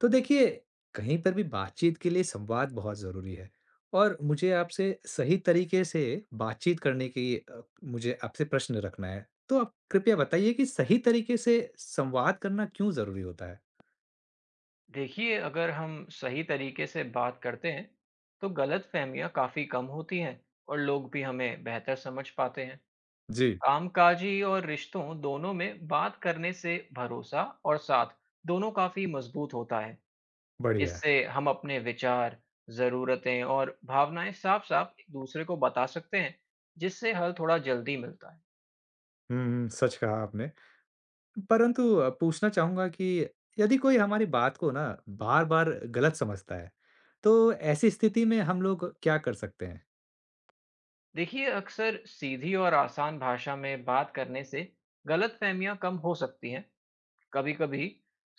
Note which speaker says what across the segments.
Speaker 1: तो देखिए, कहीं पर भी बातचीत के लिए संवाद बहुत ज़रूरी है और मुझे आपसे सही तरीके से बातचीत करने की अ, मुझे आपसे प्रश्न रखना है। तो आप कृपया बताइए कि सही तरीके से संवाद करना क्यों ज़रूरी होता है?
Speaker 2: देखिए, अगर हम सही तरीके से बात करते हैं तो गलतफहमियां काफी कम होती हैं और लोग भी हमें बेहतर समझ पाते हैं।
Speaker 1: जी,
Speaker 2: कामकाजी और रिश्तों दोनों में बात करने से भरोसा और साथ दोनों काफी मजबूत होता है।
Speaker 1: बढ़िया।
Speaker 2: इससे हम अपने विचार, जरूरतें और भावनाएं साफ साफ एक दूसरे को बता सकते हैं, जिससे हल थोड़ा जल्दी मिलता है।
Speaker 1: हुँ, सच कहा आपने। परंतु पूछना चाहूँगा कि यदि कोई हमारी बात को ना बार-बार गलत समझता है, तो ऐसी स्थिति में हम लोग क्या कर सकते हैं?
Speaker 2: देखिए, अक्सर सीधी और आसान भाषा में बात करने से गलतफहमियां कम हो सकती हैं। कभी-कभी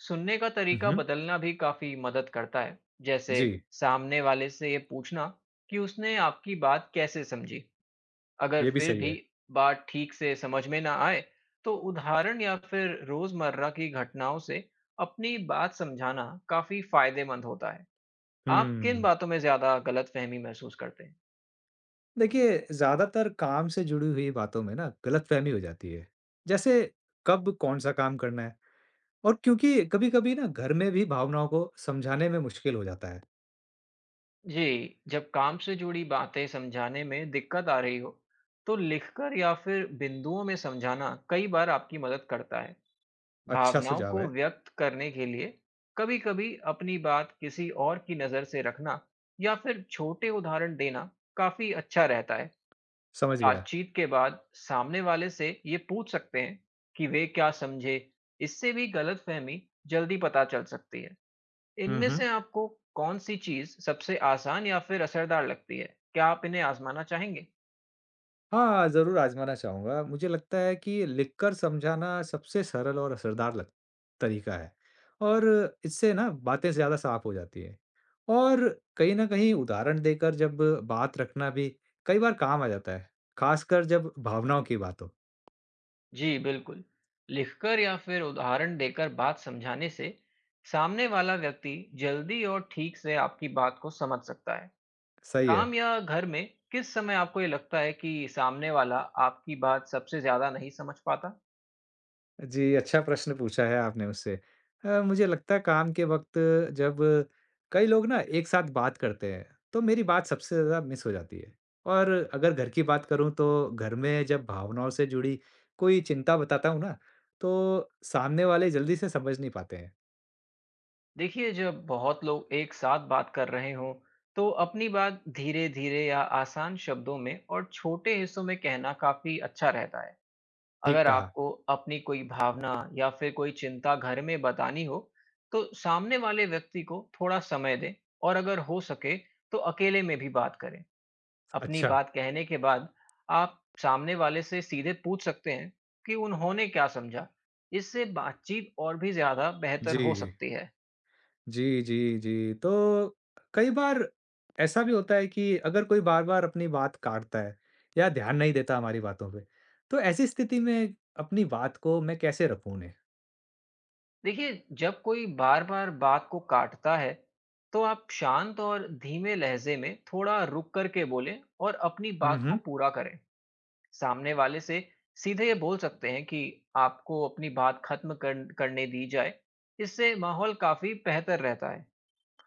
Speaker 2: सुनने का
Speaker 1: हुँ,
Speaker 2: तरीका
Speaker 1: हुँ।
Speaker 2: बदलना भी काफी मदद करता है, जैसे
Speaker 1: जी,
Speaker 2: सामने वाले से ये पूछना कि उसने आपकी बात कैसे समझी। अगर
Speaker 1: ये भी
Speaker 2: फिर
Speaker 1: सही
Speaker 2: भी
Speaker 1: है।
Speaker 2: बात ठीक से समझ में ना आए, तो उदाहरण या फिर रोजमर्रा की घटनाओं से अपनी बात समझाना काफी फायदेमंद होता है। आप किन
Speaker 1: हुँ।
Speaker 2: बातों में ज्यादा गलतफहमी महसूस करते हैं?
Speaker 1: देखिए, ज़्यादातर काम से जुड़ी हुई बातों में ना गलतफ़हमी हो जाती है। जैसे कब कौन-सा काम करना है और क्योंकि कभी-कभी ना घर में भी भावनाओं को समझाने में मुश्किल हो जाता है।
Speaker 2: जी, जब काम से जुड़ी बातें समझाने में दिक्कत आ रही हो, तो लिखकर या फिर बिंदुओं में समझाना कई बार आपकी मदद करता है।
Speaker 1: अच्छा
Speaker 2: भावनाओं
Speaker 1: सुझाव
Speaker 2: को
Speaker 1: है,
Speaker 2: व्यक्त करने के लिए कभी-कभी अपनी बात किसी और की नज़र से रखना या फिर छोटे उदाहरण देना काफ़ी अच्छा रहता है।
Speaker 1: समझ गया।
Speaker 2: बातचीत के बाद सामने वाले से ये पूछ सकते हैं कि वे क्या समझे, इससे भी गलतफहमी जल्दी पता चल सकती है।
Speaker 1: हुँ,
Speaker 2: इनमें
Speaker 1: हुँ।
Speaker 2: से आपको कौन-सी चीज़ सबसे आसान या फिर असरदार लगती है? क्या आप इन्हें आज़माना चाहेंगे?
Speaker 1: हाँ, ज़रूर आज़माना चाहूँगा। मुझे लगता है कि लिखकर समझाना सबसे सरल और असरदार लग तरीका है और इससे ना बातें ज़्यादा साफ हो जाती हैं। और कहीं न कहीं उदाहरण देकर जब बात रखना भी कई बार काम आ जाता है, ख़ासकर जब भावनाओं की बात हो।
Speaker 2: जी, बिल्कुल। लिखकर या फिर उदाहरण देकर बात समझाने से सामने वाला व्यक्ति जल्दी और ठीक से आपकी बात को समझ सकता है।
Speaker 1: सही है।
Speaker 2: काम या घर में किस समय आपको ये लगता है कि सामने वाला आपकी बात सबसे ज़्यादा नहीं समझ पाता?
Speaker 1: जी, अच्छा प्रश्न पूछा है आपने मुझसे। मुझे लगता है काम के वक़्त जब कई लोग ना एक साथ बात करते हैं, तो मेरी बात सबसे ज़्यादा मिस हो जाती है। और अगर घर की बात करूँ तो घर में जब भावनाओं से जुड़ी कोई चिंता बताता हूँ ना, तो सामने वाले जल्दी से समझ नहीं पाते हैं।
Speaker 2: देखिए, जब बहुत लोग एक साथ बात कर रहे हों तो अपनी बात धीरे धीरे या आसान शब्दों में और छोटे हिस्सों में कहना काफी अच्छा रहता है।
Speaker 1: ठीक
Speaker 2: अगर
Speaker 1: कहा,
Speaker 2: आपको अपनी कोई भावना या फिर कोई चिंता घर में बतानी हो तो सामने वाले व्यक्ति को थोड़ा समय दें, और अगर हो सके तो अकेले में भी बात करें। अपनी
Speaker 1: अच्छा,
Speaker 2: बात कहने के बाद आप सामने वाले से सीधे पूछ सकते हैं कि उन्होंने क्या समझा। इससे बातचीत और भी ज्यादा बेहतर
Speaker 1: जी।
Speaker 2: हो सकती है।
Speaker 1: जी, जी, जी। तो कई बार ऐसा भी होता है कि अगर कोई बार-बार अपनी बात काटता है या ध्यान नहीं देता हमारी बातों पे, तो ऐसी स्थिति में अपनी बात को मैं कैसे रखूँ उन्हें?
Speaker 2: देखिए, जब कोई बार बार बात को काटता है तो आप शांत और धीमे लहजे में थोड़ा रुक करके बोलें और अपनी
Speaker 1: हुँ,
Speaker 2: बात को
Speaker 1: हुँ।
Speaker 2: पूरा करें। सामने वाले से सीधे ये बोल सकते हैं कि आपको अपनी बात खत्म करने दी जाए। इससे माहौल काफी बेहतर रहता है।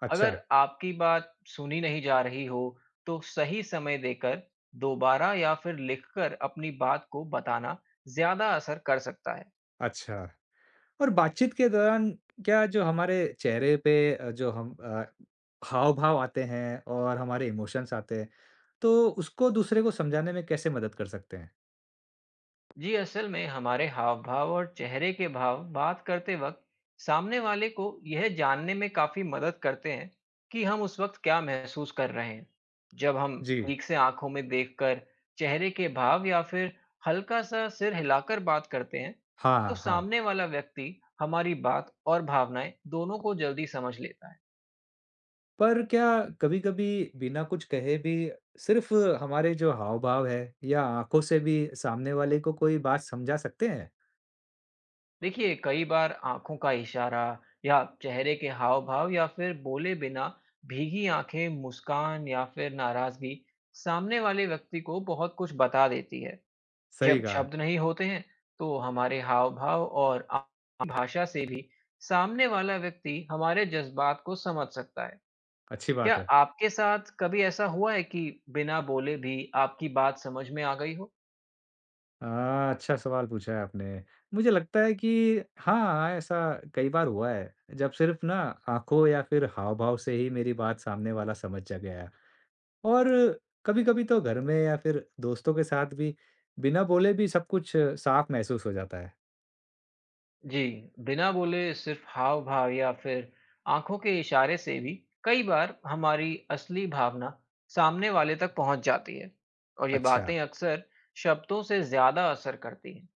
Speaker 1: अच्छा,
Speaker 2: अगर आपकी बात सुनी नहीं जा रही हो तो सही समय देकर दोबारा या फिर लिखकर अपनी बात को बताना ज्यादा असर कर सकता है।
Speaker 1: अच्छा। और बातचीत के दौरान क्या जो हमारे चेहरे पे अ, जो हम अ, हाव-भाव आते हैं और हमारे इमोशंस आते हैं, तो उसको दूसरे को समझाने में कैसे मदद कर सकते हैं?
Speaker 2: जी, असल में हमारे हाव भाव और चेहरे के भाव बात करते वक्त सामने वाले को यह जानने में काफी मदद करते हैं कि हम उस वक्त क्या महसूस कर रहे हैं। जब हम
Speaker 1: जी।
Speaker 2: ठीक से आंखों में देखकर, चेहरे के भाव या फिर हल्का सा सिर हिलाकर बात करते हैं, तो
Speaker 1: हाँ, हाँ।
Speaker 2: सामने वाला व्यक्ति हमारी बात और भावनाएं दोनों को जल्दी समझ लेता है।
Speaker 1: पर क्या कभी-कभी बिना कुछ कहे भी सिर्फ हमारे जो हाव-भाव है या आँखों से भी सामने वाले को कोई बात समझा सकते हैं?
Speaker 2: देखिए, कई बार आंखों का इशारा या चेहरे के हाव भाव या फिर बोले बिना भीगी आंखें, मुस्कान या फिर नाराजगी सामने वाले व्यक्ति को बहुत कुछ बता देती है।
Speaker 1: सही
Speaker 2: जब
Speaker 1: कहा,
Speaker 2: शब्द नहीं होते हैं तो हमारे हाव भाव और भाषा से भी सामने वाला व्यक्ति हमारे जज्बात को समझ सकता है।
Speaker 1: अच्छी
Speaker 2: क्या
Speaker 1: बात है।
Speaker 2: आपके साथ कभी ऐसा हुआ है कि बिना बोले भी आपकी बात समझ में आ गई हो?
Speaker 1: हाँ, अच्छा सवाल पूछा है आपने। मुझे लगता है कि हाँ, ऐसा कई बार हुआ है, जब सिर्फ ना आँखों या फिर हाव-भाव से ही मेरी बात सामने वाला समझ जा गया। और कभी-कभी तो घर में या फिर दोस्तों के साथ भी बिना बोले भी सब कुछ साफ महसूस हो जाता है।
Speaker 2: जी, बिना बोले सिर्फ हाव भाव या फिर आंखों के इशारे से भी कई बार हमारी असली भावना सामने वाले तक पहुंच जाती है, और ये
Speaker 1: अच्छा।
Speaker 2: बातें अक्सर शब्दों से ज्यादा असर करती हैं।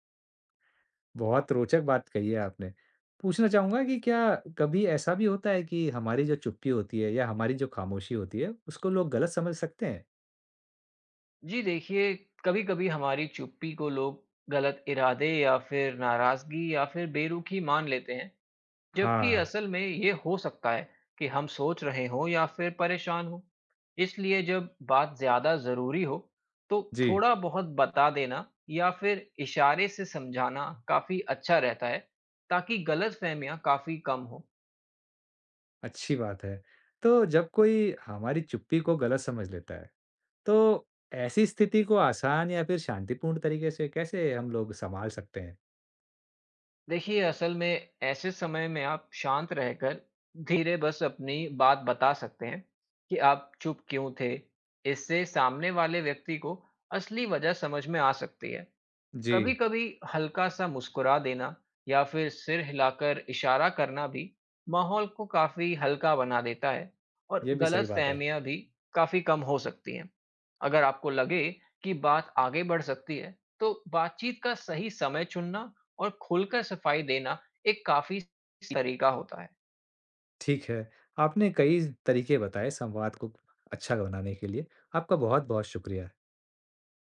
Speaker 1: बहुत रोचक बात कही है आपने। पूछना चाहूँगा कि क्या कभी ऐसा भी होता है कि हमारी जो चुप्पी होती है या हमारी जो खामोशी होती है, उसको लोग गलत समझ सकते हैं?
Speaker 2: जी, देखिए, कभी कभी हमारी चुप्पी को लोग गलत इरादे या फिर नाराजगी या फिर बेरुखी मान लेते हैं, जबकि
Speaker 1: हाँ,
Speaker 2: असल में ये हो सकता है कि हम सोच रहे हों या फिर परेशान हों। इसलिए जब बात ज़्यादा ज़रूरी हो तो
Speaker 1: जी,
Speaker 2: थोड़ा बहुत बता देना या फिर इशारे से समझाना काफ़ी अच्छा रहता है, ताकि गलतफहमियां काफ़ी कम हो।
Speaker 1: अच्छी बात है। तो जब कोई हमारी चुप्पी को गलत समझ लेता है, तो ऐसी स्थिति को आसान या फिर शांतिपूर्ण तरीके से कैसे हम लोग सँभाल सकते हैं?
Speaker 2: देखिए, असल में ऐसे समय में आप शांत रहकर धीरे बस अपनी बात बता सकते हैं कि आप चुप क्यों थे। इससे सामने वाले व्यक्ति को असली वजह समझ में आ सकती है।
Speaker 1: जी,
Speaker 2: कभी-कभी हल्का-सा मुस्कुरा देना या फिर सिर हिलाकर इशारा करना भी माहौल को काफ़ी हल्का बना देता है और
Speaker 1: ये भी सही बात है।
Speaker 2: गलतफ़हमियां भी काफ़ी कम हो सकती हैं। अगर आपको लगे कि बात आगे बढ़ सकती है, तो बातचीत का सही समय चुनना और खुलकर सफाई देना एक काफ़ी तरीका होता है।
Speaker 1: ठीक है, आपने कई तरीके बताए संवाद को अच्छा बनाने के लिए। आपका बहुत-बहुत शुक्रिया।